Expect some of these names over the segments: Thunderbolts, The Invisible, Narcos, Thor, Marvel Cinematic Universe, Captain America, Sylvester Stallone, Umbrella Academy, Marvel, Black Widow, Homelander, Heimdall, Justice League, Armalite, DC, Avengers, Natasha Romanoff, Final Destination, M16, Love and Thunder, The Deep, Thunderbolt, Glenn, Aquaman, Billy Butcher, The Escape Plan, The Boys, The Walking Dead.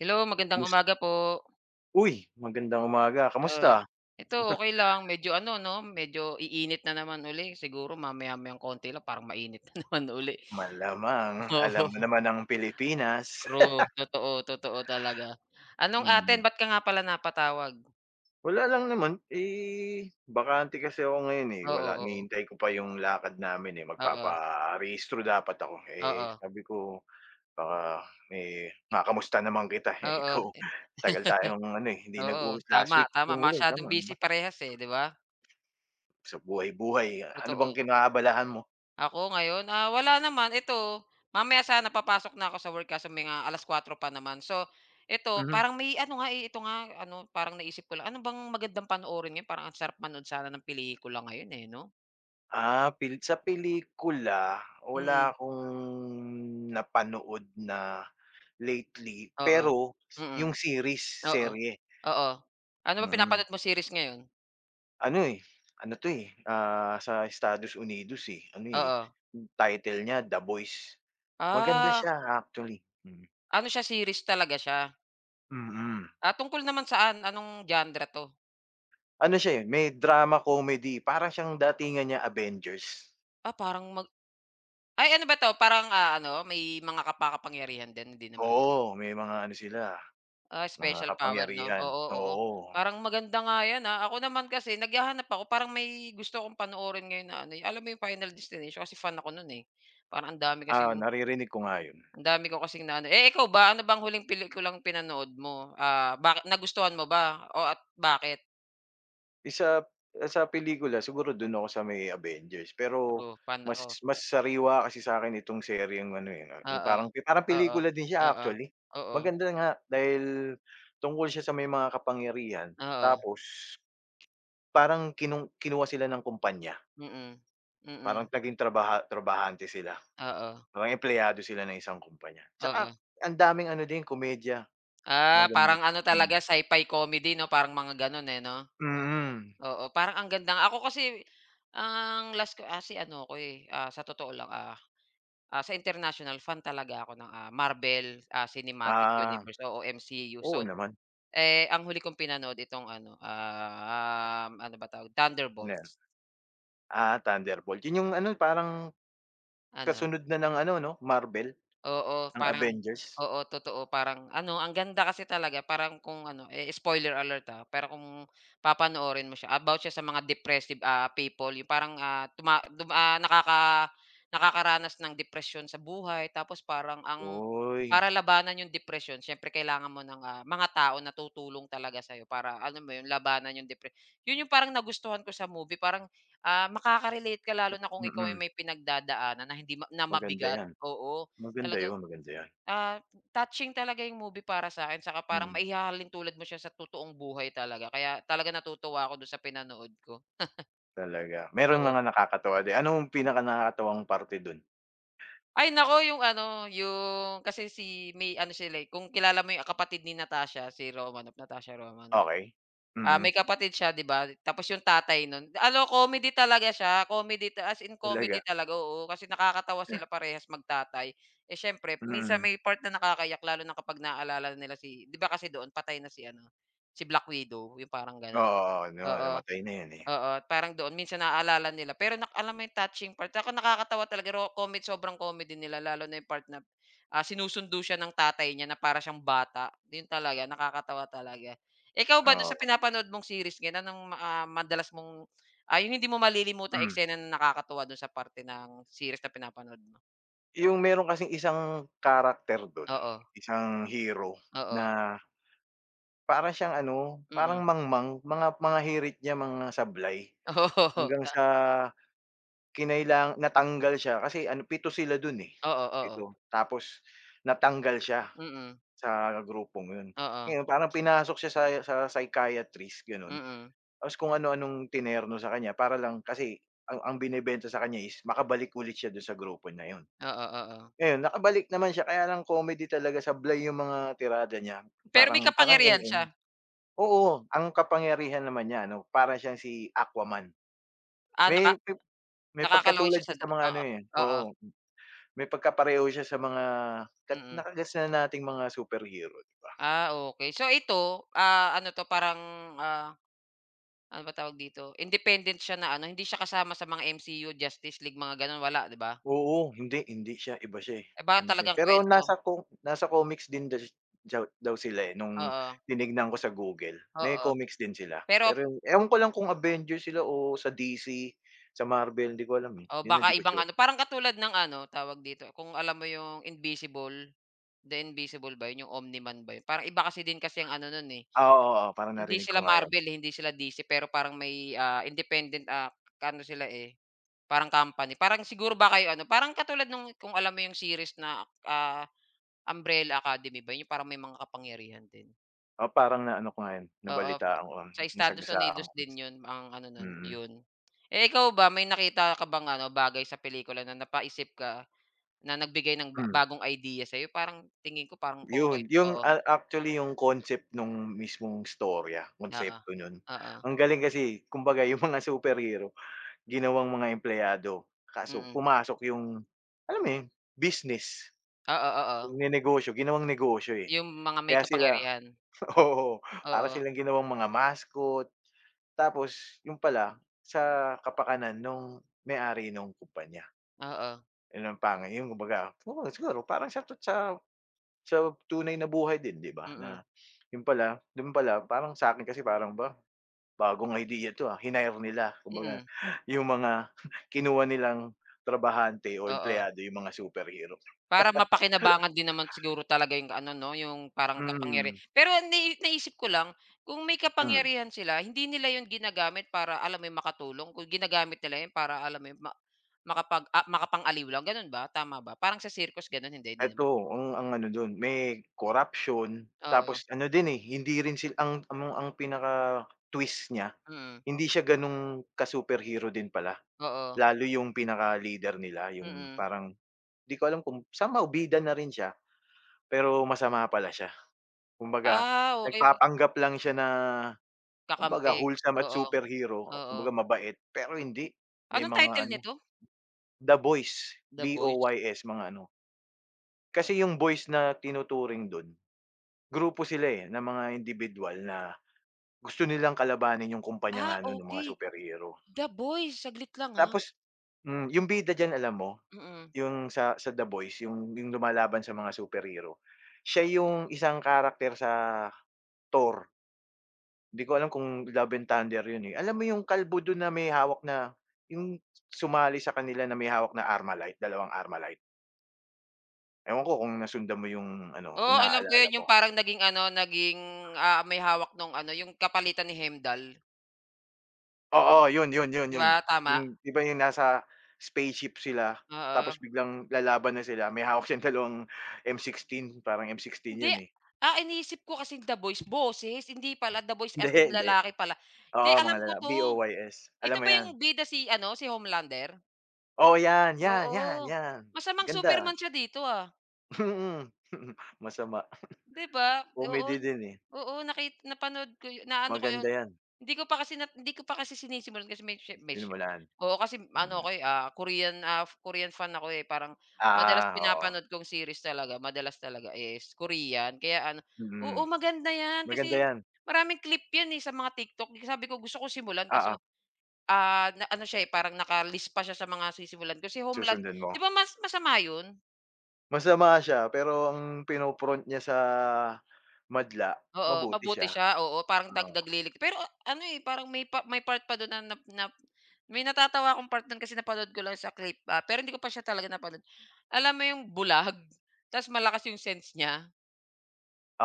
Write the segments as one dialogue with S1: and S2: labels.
S1: Hello, magandang
S2: Kamus
S1: umaga po.
S2: Uy, magandang umaga, kamusta?
S1: Ay, ito okay lang medyo ano 'no, medyo iinit na naman uli siguro mamaya-mayang konti lang parang mainit na naman uli.
S2: Malamang alam mo
S1: Oo,
S2: naman ang Pilipinas.
S1: true, totoo, totoo talaga. Anong atin
S2: Hmm,
S1: ba't ka nga pala napatawag?
S2: Wala lang naman, eh, bakante kasi ako ngayon, eh, wala
S1: Oo,
S2: hinihintay ko pa yung lakad namin, eh,
S1: oo, oo,
S2: magpaparehistro dapat ako, eh,
S1: oo,
S2: sabi ko baka, eh, makamusta naman kita. Eh,
S1: oo,
S2: ikaw
S1: eh,
S2: tagal tayong ano, eh, hindi nag
S1: oo,
S2: uus last
S1: tama,
S2: week
S1: tama
S2: yung huli,
S1: masyadong
S2: tama di
S1: busy
S2: ba?
S1: parehas, eh, 'di ba?
S2: Sa buhay-buhay, ano
S1: Totoo.
S2: bang kinakaabalahan mo?
S1: Ako ngayon, wala naman ito, mamaya sana papasok na ako sa work kaso mga 4:00 pa naman. So, ito
S2: Mhm.
S1: parang may ano nga, eh, ito nga ano parang naisip ko lang, ano bang magandang panoorin ngayon? Parang ang sarap manood sana ng pelikula ngayon, eh, 'no?
S2: Ah, sa pelikula, wala
S1: Mm,
S2: akong napanood na lately,
S1: oo.
S2: pero
S1: Mm,
S2: yung series,
S1: oo,
S2: serye,
S1: oo. Ano ba
S2: mm.
S1: pinapanood mo series ngayon?
S2: Ano, eh, ano 'to, eh, ah, sa Estados Unidos, eh, ano, eh,
S1: Oo.
S2: yung title niya The Boys. Maganda
S1: Ah,
S2: siya actually. mm,
S1: ano siya series talaga siya?
S2: mm.
S1: Ah, tungkol naman saan, anong genre 'to?
S2: Ano siya, eh, may drama comedy, parang siyang datingan niya Avengers.
S1: Ah, parang mag ay ano ba 'to parang, ano may mga kapakapangyarihan din, hindi naman?
S2: Oo, may mga ano sila,
S1: Ah,
S2: mga
S1: special power 'no?
S2: kapangyarihan,
S1: Oo, oo.
S2: oo.
S1: Parang maganda nga 'yan, ah. Ako naman kasi naghahanap ako parang may gusto akong panoorin ngayon na ano, eh, alam mo yung Final Destination kasi fan ako no'n, eh. Parang ang dami
S2: Ah,
S1: kasing
S2: naririnig ko nga yun.
S1: ang dami ko kasing naano eh, ikaw ba, ano bang huling pelikulang pinanood mo? Ah, baki nagustuhan mo ba o at bakit?
S2: Isa sa pelikula siguro do'n ako sa may Avengers, pero
S1: Ako, fan
S2: mas
S1: ako.
S2: mas sariwa kasi sa'kin itong seryeng ano, eh, yung
S1: Oo.
S2: parang parang
S1: Oo.
S2: pelikula din siya
S1: Oo.
S2: actually.
S1: Oo.
S2: Maganda nga dahil tungkol siya sa may mga kapangyarihan,
S1: Oo.
S2: tapos parang kinuha sila ng kumpanya,
S1: Mm.
S2: parang
S1: Mm.
S2: naging trabahante sila,
S1: Oo.
S2: parang empleyado sila ng isang kumpanya.
S1: Oo.
S2: Tsaka ang daming ano din komedya,
S1: Ah,
S2: maganda.
S1: parang ano
S2: Hmm.
S1: talaga sci-fi comedy 'no, parang mga gano'n, eh, 'no?
S2: Mm.
S1: Oo, parang ang ganda nga. Ako kasi ang last ko kasi ano ako, eh, sa totoo lang, ah, sa international fan talaga ako ng, ah, Marvel, ah, Cinematic
S2: Ah,
S1: Universe, oo, MCU.
S2: oo
S1: So,
S2: naman.
S1: eh, ang huli kong pinanood itong ano, ah, ano ba tawag,
S2: Ano 'yan?
S1: Thunderbolts,
S2: Ah, Thunderbolt. Yun yung ano, parang
S1: ano.
S2: kasunod na ng ano 'no, Marvel,
S1: Oo,
S2: ng
S1: parang
S2: Avengers.
S1: oo, totoo. Parang ano, ang ganda kasi talaga parang kung ano, eh, spoiler alert, ah, pero kung papanoorin mo siya, about siya sa mga depressive, ah, people, yung parang, ah, tuma dum ah, nakaka nakakaranas ng depression sa buhay tapos parang ang
S2: Uy,
S1: para labanan yung depresyon siyempre kailangan mo ng, ah, mga tao na tutulong talaga sa'yo para ano mo yun, labanan yung depression yun yung parang nagustuhan ko sa movie parang, ah, makaka-relate ka lalo na kung ikaw ay
S2: mm,
S1: may pinagdadaanan na hindi ma na
S2: maganda
S1: mabigat,
S2: 'yan.
S1: oo.
S2: Maganda
S1: Talagang,
S2: 'yun, maganda 'yan,
S1: ah, touching talaga yung movie para sa'kin saka parang
S2: mm,
S1: maihahalin tulad mo siya sa totoong buhay talaga kaya talagang natutuwa ako dun sa pinanood ko,
S2: talaga. Merong
S1: oo.
S2: mga nakakatuwa din. Anong pinakanakakatuwang parte dun?
S1: Ay naku yung ano, yung kasi si may ano sila, eh, kung kilala mo yung kapatid ni Natasha, si Romanoff, Natasha Romanoff.
S2: Okey?
S1: Ah,
S2: Mm,
S1: may kapatid siya 'di ba, tapos yung tatay nun ano comedy talaga siya, comedy ta as in comedy
S2: Talaga.
S1: talaga, oo. Kasi nakakatawa sila parehas magtatay. Eh, siyempre minsan
S2: Mm.
S1: may part na nakakayak, lalo na kapag naalala nila si 'di ba kasi doon patay na si ano, si Black Widow, yung parang gano'n.
S2: Oo, no,
S1: Oo,
S2: namatay na 'yun, eh.
S1: oo, parang doon minsan naaalala nila pero nak alam mo yung touching part tsaka nakakatawa talaga ro comedy sobrang comedy nila lalo na yung part na, ah, sinusundo siya ng tatay niya na para siyang bata, yun talaga nakakatawa talaga. Ikaw ba dun sa
S2: Oo,
S1: pinapanood mong series ganun ang, ah, madalas mong, ah, yung hindi mo malilimutang
S2: hmm.
S1: eksena na nakakatuwa dun sa parte ng series na pinapanood mo?
S2: Yung meron kasing isang character dun,
S1: Oo,
S2: isang hero
S1: oo,
S2: na para siyang ano, parang
S1: mm.
S2: mangmang, mga hirit niya mga sablay
S1: Oo,
S2: hanggang
S1: ta
S2: sa kinailang natanggal siya kasi ano 7 sila dun, eh,
S1: oo,
S2: 7
S1: oo,
S2: tapos natanggal siya
S1: mm,
S2: sa grupong yun.
S1: oo,
S2: Ngayon parang pinasok siya sa psychiatrist gano'n,
S1: mm,
S2: tapos kung ano-anong tinerno sa kanya para lang kasi ang binebenta sa kanya is makabalik ulit siya dun sa grupo na yun.
S1: oo, oo.
S2: Ngayon nakabalik naman siya, kaya lang comedy talaga, sablay yung mga tirada niya,
S1: Pero may
S2: parang parang
S1: kapangyarihan siya?
S2: eng-eng. Oo, ang kapangyarihan naman niya ano, para siyang si Aquaman.
S1: Ah, naka
S2: May may
S1: nakakalaway
S2: pagkatulad
S1: siya sa
S2: siya
S1: da
S2: sa mga ano,
S1: oo,
S2: eh,
S1: oo,
S2: oo. May pagkapareho siya sa mga
S1: mm.
S2: nakages na nating mga superhero, 'di ba?
S1: Ah, okay, So ito, ah, ano 'to parang, ah, ano ba tawag dito, independent siya na ano, hindi siya kasama sa mga MCU, Justice League, mga gano'n, wala, 'di ba?
S2: Oo, hindi hindi siya, iba siya, eh,
S1: Iba
S2: ano siya, eh.
S1: talagang
S2: Pero
S1: kuwento,
S2: nasa comics din daw daw daw sila, eh, nung
S1: oo,
S2: tinignan ko sa Google. May
S1: oo.
S2: comics din sila,
S1: Pero
S2: pero yung- ewan ko lang kung Avengers sila o sa DC, sa Marvel, hindi ko alam, eh,
S1: o
S2: 'yun hindi na,
S1: baka
S2: di ko
S1: ibang
S2: sure.
S1: ano, parang katulad ng ano, tawag dito, kung alam mo yung Invisible, The Invisible ba yun, yung omniman ba yun? Parang iba kasi din kasi yung ano nun, eh,
S2: Ah, oo, oo, parang
S1: hindi
S2: narinig ko
S1: sila
S2: nga 'yun.
S1: Marvel, eh, hindi sila DC pero parang may, ah, independent, ah, ano sila, eh, parang company. Parang siguro baka yung ano, parang katulad nung kung alam mo yung series na, ah, Umbrella Academy ba, yun? Yung parang may mga kapangyarihan din.
S2: Oo, parang naano ko nga 'yun,
S1: Oo,
S2: nabalitaan ko,
S1: sa Estados
S2: nasagasaan
S1: Unidos
S2: ko.
S1: din 'yun ang ano nun,
S2: Mm,
S1: 'yun. Eh, ikaw ba may nakita ka bang ano, bagay sa pelikula na napaisip ka na nagbigay ng ba
S2: hmm.
S1: bagong idea sa'yo? Parang tingin ko parang okay
S2: Yun, yung
S1: oo,
S2: actually yung concept nung mismong istorya,
S1: oo,
S2: konsepto nun,
S1: oo,
S2: ang galing kasi kumbaga yung mga superhero ginawang mga empleyado, kaso
S1: mm.
S2: pumasok yung alam mo yun, business,
S1: Oo, oo,
S2: pagnenegosyo, ginawang negosyo, eh.
S1: yung mga may
S2: Kaya sila
S1: kapangyarihan.
S2: oo, para
S1: Oo,
S2: silang ginawang mga mascot, tapos yung pala sa kapakanan nung may-ari nung kumpanya.
S1: oo,
S2: Yun ang pangit, yung kumbaga oo, siguro parang sa sa tunay na buhay din, 'di ba, na
S1: mm,
S2: yun pala dun pala parang sa akin, kasi parang ba, bagong idea 'to, ah, hinire nila kumbaga
S1: mm,
S2: yung mga kinuha nilang trabahante o
S1: oo.
S2: empleyado yung mga superhero.
S1: Para mapakinabangan din naman siguro talaga yung ano 'no, yung parang kapangyari
S2: Mm,
S1: pero nai naisip ko lang, kung may
S2: hmm.
S1: kapangyarihan sila hindi nila yun ginagamit para alam mo yun makatulong, kung ginagamit nila yun para alam mo yun ma makapag ah, makapang-aliw lang ganun ba, tama ba? Parang sa circus ganun hindi, hindi naman?
S2: Eto ang ano dun may corruption,
S1: Oo,
S2: tapos ano din, eh, hindi rin sila ang ang pinaka-twist niya,
S1: mm,
S2: hindi siya ganun ka-superhero din pala,
S1: oo,
S2: lalo yung pinaka-leader nila yung
S1: mm.
S2: parang 'di ko alam kung somehow bida na rin siya. Pero masama pala siya. Kumbaga
S1: Ah, okey
S2: nagpapanggap lang siya na kumbaga
S1: kakampi,
S2: wholesome at
S1: oo,
S2: superhero,
S1: oo.
S2: kumbaga mabait, pero hindi. May
S1: Anong
S2: mga
S1: title
S2: ano,
S1: nito?
S2: The Boys,
S1: The Boys?
S2: B-O-Y-S, mga ano. Kasi yung boys na tinuturing dun, grupo sila, eh, ng mga individual na gusto nilang kalabanin yung kumpanya
S1: Ah,
S2: nga nun ng mga
S1: okey,
S2: superhero.
S1: The Boys saglit lang, ah,
S2: Tapos yung bida diyan alam mo,
S1: mm.
S2: yung sa The Boys, yung lumalaban sa mga superhero, siya yung isang karakter sa Thor. Hindi ko alam kung Love and Thunder yun, eh. Alam mo yung kalbo dun na may hawak na yung sumali sa kanila na may hawak na Armalite, dalawang Armalite. Ewan ko kung nasundan mo yung ano, kung
S1: Oo, alam ko
S2: naaalala
S1: 'yun,
S2: mo.
S1: yung parang naging ano, naging, ah, may hawak nung ano, yung kapalitan ni Hemdal,
S2: Oo, yun, yun, yun,
S1: 'di
S2: yun.
S1: ba, tama?
S2: Yung 'di ba yung nasa spaceship sila,
S1: Oo.
S2: tapos biglang lalaban na sila, may hawak siyang dalawang M16, parang M16
S1: Hindi,
S2: yun, eh.
S1: ah, iniisip ko kasi The Voice, boses, hindi pala, The Voice
S2: Hindi,
S1: as in
S2: hindi.
S1: lalaki pala. Hindi,
S2: Oo, mga
S1: alam ko 'to.
S2: B-O-Y-S. Alam
S1: Ito
S2: mo
S1: ba
S2: 'yan?
S1: yung bida si ano, si Homelander?
S2: Oo, 'yan, 'yan, 'yan,
S1: Oo.
S2: 'yan.
S1: Masamang
S2: Ganda.
S1: Superman siya dito, ah.
S2: Masama.
S1: 'Di ba? Oo,
S2: Comedy din, eh.
S1: oo naki napanood ko yu naano ko
S2: Maganda
S1: 'yun.
S2: 'yan,
S1: Hindi ko pa kasi na hindi ko pa kasi sinisimulan kasi may shi
S2: sinimulan,
S1: oo, kasi ano
S2: mm.
S1: ako, eh, ah, Korean fan ako, eh, parang madalas
S2: Ah, oo,
S1: pinapanood kong series talaga, madalas talaga is Korean kaya ano
S2: mm,
S1: oo, maganda 'yan
S2: maganda
S1: kasi
S2: 'yan,
S1: maraming clip 'yan, eh, sa mga TikTok. Sabi ko gusto ko simulan
S2: oo,
S1: kaso, ah, na ano siya, eh, parang naka-list pa siya sa mga sisimulan ko si Homeland
S2: susundan mo.
S1: 'di ba mas masama 'yun?
S2: Masama siya pero ang pino-front niya sa madla,
S1: Oo,
S2: mabuti
S1: mabuti
S2: siya,
S1: siya, oo, parang
S2: oo,
S1: dagdag lilig pero a- ano, eh, parang may pa may part pa dun na nap nap may natatawa akong part dun kasi napanood ko lang sa clip, ah, pero hindi ko pa siya talaga napanood. Alam mo yung bulag, ta's malakas yung sense niya,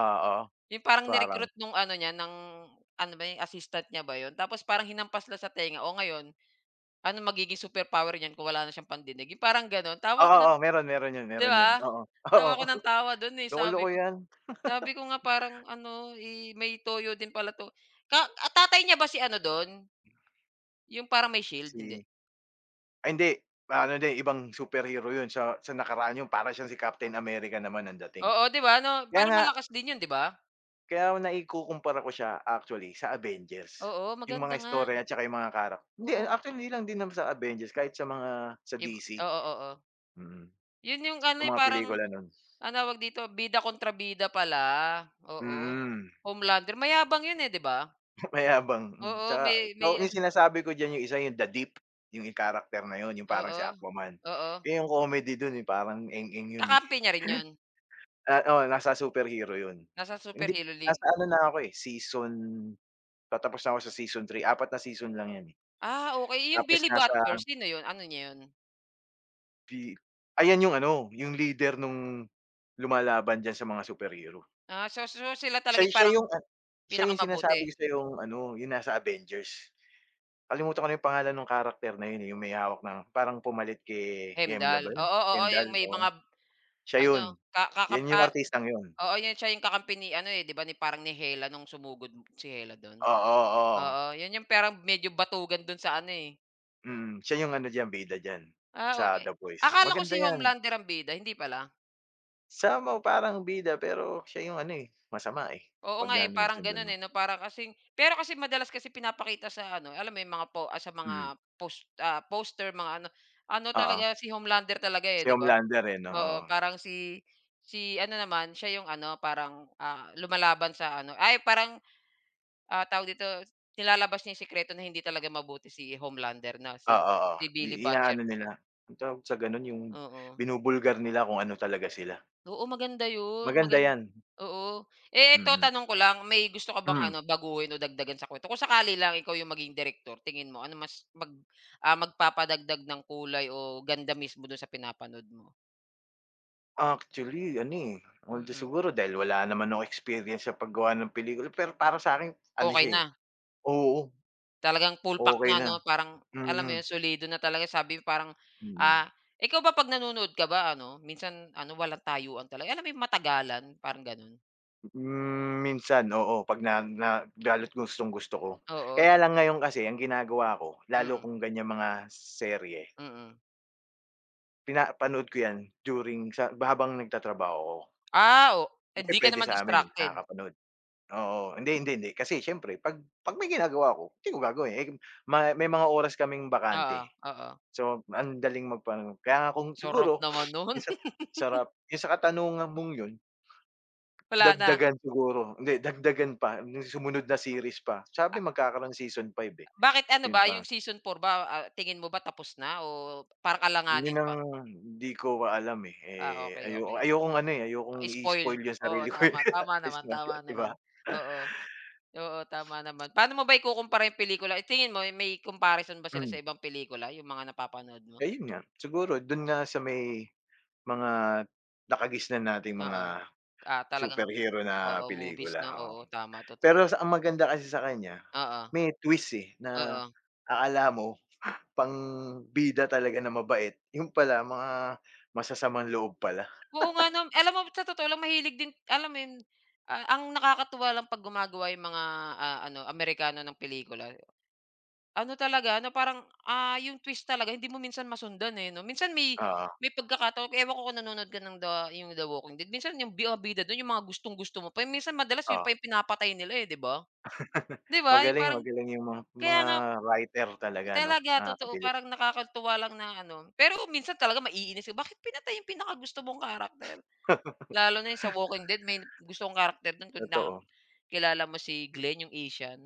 S2: oo,
S1: yung parang
S2: parang
S1: ni-recruit nung ano niya ng ano ba yung assistant niya ba yun, tapos parang hinampas lang sa tenga, "Oh, ngayon, ano magiging superpower niyan kung wala na siyang pandinig?" Yung parang gano'n, tawa
S2: oo,
S1: ko na,
S2: oo, meron,
S1: 'di
S2: meron 'yun,
S1: ba?
S2: oo, oo,
S1: Tawa ko ng tawa dun, eh, sabi
S2: loko-loko
S1: ko
S2: 'yan,
S1: sabi ko nga parang ano, eh, may toyo din pala 'to. Ka ah, tatay niya ba si ano dun, yung parang may shield, hindi?
S2: si ay hindi, ano din ibang superhero 'yun sa nakaraan 'yun, para siyang si Captain America naman ang dating.
S1: Oo, 'di ba 'no,
S2: Kaya
S1: parang
S2: nga
S1: malakas din yun, 'di ba?
S2: Kaya naikukumpara ko siya actually sa Avengers,
S1: Oo,
S2: yung mga
S1: maganda nga,
S2: istorya at tsaka yung mga hindi,
S1: oo.
S2: actually hindi lang din naman sa Avengers, kahit sa mga sa
S1: Ib
S2: DC,
S1: oo, oo.
S2: mm,
S1: Yun yung
S2: sa
S1: ano, eh,
S2: mga
S1: parang
S2: pelikula nun.
S1: anong tawag dito, bida kontra bida pala, oo.
S2: Mm,
S1: Homelander, mayabang yun, eh, 'di ba?
S2: mayabang,
S1: Oo,
S2: tsaka
S1: may may
S2: so yung
S1: ano
S2: sinasabi ko diyan yung isa yung The Deep, yung karakter na yun yung parang si
S1: oo,
S2: Aquaman,
S1: oo.
S2: eh, yung comedy dun, eh, parang eng-eng yun, eh.
S1: Kakampi niya rin yun?
S2: Ah, oo nasa superhero yun.
S1: Nasa
S2: Hindi,
S1: Superhero League?
S2: nasa ano na ako, eh, season patapos na ako sa season three, apat na season lang yan, eh.
S1: Ah, okey. Yung
S2: Tapos
S1: Billy
S2: nasa
S1: Butcher, sino yun? Ano niya yun?
S2: Pi ayan yung ano, yung leader nung lumalaban diyan sa mga superhero.
S1: Ah, so sila
S2: Siya
S1: talaga yung
S2: siya
S1: parang
S2: yung at siya yung
S1: Pinakamabuti,
S2: sinasabi ko sa'yong ano, yung nasa Avengers. Kalimutan ko na yung pangalan nung character na yun, eh, yung may hawak ng parang pumalit kay Hemla ba
S1: Hemdal.
S2: yun?
S1: Oo, oo,
S2: Heimdall,
S1: yung may mga
S2: oo. Siya
S1: ano,
S2: yun.
S1: ka kakam
S2: Yun yung
S1: ah,
S2: artistang yun.
S1: oo, yun siya yung kakampi ni ano, eh, 'di ba, ni parang ni Hela nung sumugod si Hela dun.
S2: Oo, oo.
S1: Oo, yun yung parang medyo batugan dun sa ano, eh.
S2: Siya yung ano diyan, bida diyan
S1: Ah,
S2: sa
S1: okey.
S2: The Boys.
S1: Akala ko
S2: Maganda
S1: si
S2: 'yan.
S1: Homelander ang bida, hindi pala?
S2: Somehow parang bida pero siya yung ano, eh, masama, eh,
S1: Oo
S2: 'pag
S1: nga, eh,
S2: ano, yung
S1: parang
S2: sundan
S1: gano'n,
S2: mo.
S1: eh, 'no, para kasing pero kasi madalas kasi pinapakita sa ano, eh, alam mo 'yung mga po ah, sa
S2: Mm,
S1: mga post ah, poster, mga ano ano
S2: oo.
S1: talaga si Homelander talaga, eh,
S2: Si
S1: 'di ba?
S2: Homelander, eh, 'no,
S1: Oo,
S2: oo.
S1: parang si si ano naman, siya 'yung ano, parang, ah, lumalaban sa ano ay parang, ah, tawag dito, nilalabas niya 'yung sikreto na hindi talaga mabuti si Homelander na si
S2: Oo, oo.
S1: si
S2: I
S1: Billy Butcher,
S2: inaano
S1: 'di ba?
S2: nila, anong tawag sa gano'n, yung
S1: Oo.
S2: binubulgar nila kung ano talaga sila.
S1: Oo, maganda yun,
S2: Maganda
S1: magan
S2: 'yan.
S1: oo. Eh, eto
S2: Mm-mm. Mm.
S1: tanong ko lang, may gusto ka bang
S2: Hmm,
S1: ano, baguhin o dagdagan sa kwento? Kung sakali lang ikaw yung maging direktor, tingin mo ano mas mag ah, magpapadagdag ng kulay o ganda mismo dun sa pinapanood mo?
S2: Actually ano, eh, although
S1: Mm.
S2: siguro dahil wala naman akong experience sa paggawa ng pelikula, pero para sa'kin ano
S1: Okey
S2: siya, eh,
S1: na,
S2: oo,
S1: talagang full pack
S2: okay
S1: na
S2: na.
S1: 'no, parang alam mo
S2: mm,
S1: yun, solido na talaga sabi parang,
S2: mm.
S1: ah ikaw ba 'pag nanonood ka ba ano, minsan ano, walang tayuan talaga, alam mo yung matagalan, parang ganun?
S2: Minsan oo, 'pag na na lalo't gustong-gusto ko.
S1: Oo,
S2: Kaya lang ngayon kasi ang ginagawa ko, lalo
S1: mm,
S2: kung ganyang mga serye,
S1: mm.
S2: pinapanood ko 'yan during sa habang nagtatrabaho ako.
S1: Ah, o
S2: Kasi
S1: hindi ka
S2: puwede
S1: naman
S2: sa'min, eh,
S1: distracted?
S2: nakakapanood. Oo, hindi, hindi, hindi. Kasi siyempre 'pag may ginagawa ako, hindi ko gagawin, eh, may mga oras kaming
S1: Oo,
S2: bakante.
S1: oo.
S2: So, ang daling magpanood. Kaya nga kung
S1: Sarap
S2: siguro
S1: naman nun.
S2: yung sa sarap. Yung sa katanungan mong yun,
S1: Wala na.
S2: dagdagan siguro hindi, dagdagan pa yung sumunod na series pa. Sabi
S1: Ah,
S2: magkakaroon season 5, eh,
S1: bakit ano
S2: yun
S1: ba,
S2: pa.
S1: yung season 4 ba, ah, tingin mo ba tapos na o parang alanganin
S2: Yun ang
S1: pa?
S2: hindi ko alam, eh.
S1: Ah,
S2: Eh,
S1: okay
S2: ayo
S1: okay
S2: ayokong ano, eh, ayokong
S1: okey. Spoil.
S2: i-spoil yung
S1: Oo,
S2: sarili ko, eh.
S1: tama, tama naman, tama
S2: Di
S1: naman.
S2: ba?
S1: Oo, oo, tama naman. Paano mo ba ikukumpara yung pelikula? Eh, tingin mo eh, may comparison ba sila
S2: Hmm,
S1: sa ibang pelikula, yung mga napapanood mo?
S2: Ayun nga. Siguro dun nga sa may mga nakagisnan nating
S1: Oo.
S2: mga
S1: Ah, talagang
S2: superhero na
S1: oo, movies
S2: pelikula,
S1: 'no?
S2: oo.
S1: Oo, tama, totoo.
S2: Pero sa ang maganda kasi sa kanya,
S1: Oo,
S2: may twist, eh, na
S1: oo.
S2: akala mo pangbida talaga na mabait, yun pala mga masasamang loob pala.
S1: Oo nga 'no. Alam mo sa totoo lang mahilig din alam mo yun, ah, ang nakakatuwa lang 'pag gumagawa yung mga, ah, ano Amerikano ng pelikula. Ano talaga ano parang, ah, yung twist talaga hindi mo minsan masundan, eh, 'no. Minsan may
S2: Oo,
S1: may pagkakataon ewan ko kung nanonood ka ng the yung The Walking Dead, minsan yung bi ah, bida dun yung mga gustong-gusto mo pa, minsan madalas yun
S2: oo.
S1: pa yung pinapatay nila, eh, 'di ba? 'Di ba, yung
S2: Magaling,
S1: parang
S2: magaling yung mga
S1: kaya
S2: mga
S1: nga
S2: writer talaga 'no,
S1: talaga totoo
S2: nakakabilib.
S1: parang nakakatuwa lang na ano pero minsan talaga maiinis ka, bakit pinatay yung pinakagusto mong karakter. Lalo na yung sa Walking Dead may gusto kong karakter dun kung na
S2: Totoo.
S1: kilala mo si Glenn yung Asian,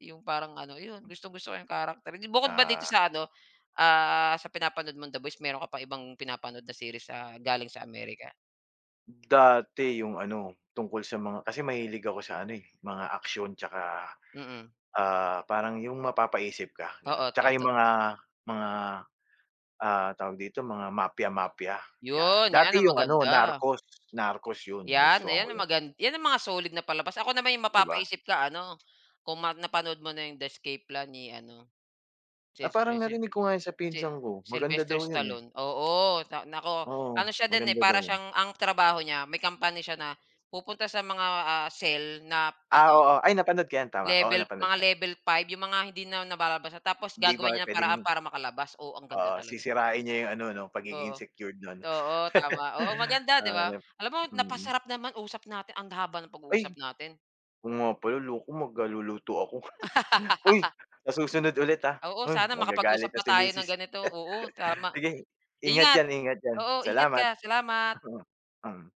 S1: yung parang ano yun gustong-gusto ko yung karakter. Hindi bukod ba dito
S2: Ah,
S1: sa ano, ah, sa pinapanood mong The Boys meron ka pa ibang pinapanood na series sa galing sa Amerika?
S2: dati yung ano, tungkol sa mga kasi mahilig ako sa ano, eh, mga aksyon 'tsaka
S1: Mm,
S2: ah, parang yung mapapaisip ka, gano'n.
S1: oo
S2: Tsaka yung
S1: tao-ta
S2: mga, ah, tawag dito, mga mafia-mafia, 'yan.
S1: yun,
S2: Dati
S1: yan ang
S2: yung ano,
S1: maganda.
S2: Narcos, Narcos yun,
S1: Yan,
S2: nagustuhan ko
S1: yan ang
S2: yun,
S1: magan yan ang mga solid na palabas. Ako naman yung
S2: 'di ba?
S1: mapapaisip ka ano, kung ma napanood mo na yung The Escape Plan ni ano, si
S2: Na parang narinig ko nga yun sa
S1: Si
S2: pinsan ko, maganda daw
S1: Sylvester
S2: yun, eh.
S1: Stallone, oo, ta naku,
S2: Oo,
S1: ano siya din, eh,
S2: maganda daw
S1: para
S2: yun.
S1: siyang ang trabaho niya may company siya na pupunta sa mga, ah, cell na
S2: Ah,
S1: ano,
S2: oo. Ay, napanood ko 'yan, tama. Oo,
S1: level
S2: napanood ko
S1: mga
S2: 'yan.
S1: level 5 yung mga hindi na nabalabas tapos
S2: Hindi ba
S1: gagawan niya ng
S2: puwedeng
S1: paraan para makalabas. Oo, ang ganda
S2: oo,
S1: talaga.
S2: sisirain niya yung ano 'no, pagiging
S1: Oo.
S2: secured nun.
S1: Oo, tama. Oo, maganda 'di
S2: Ah,
S1: ba?
S2: nap
S1: Alam mo
S2: mm.
S1: napasarap naman usap natin, ang haba ng pag-uusap
S2: Ay,
S1: natin.
S2: oo nga pala, loko magluluto ako. Uy, sa susunod ulit, ah.
S1: Oo,
S2: Uy,
S1: sana makapag-usap
S2: magagalit na
S1: pa
S2: si
S1: tayo ng
S2: misis.
S1: ganito. Oo, tama.
S2: Sige, ingat
S1: Ingat.
S2: yan, ingat yan.
S1: Oo, ingat
S2: Salamat.
S1: ka. Salamat.
S2: Mm.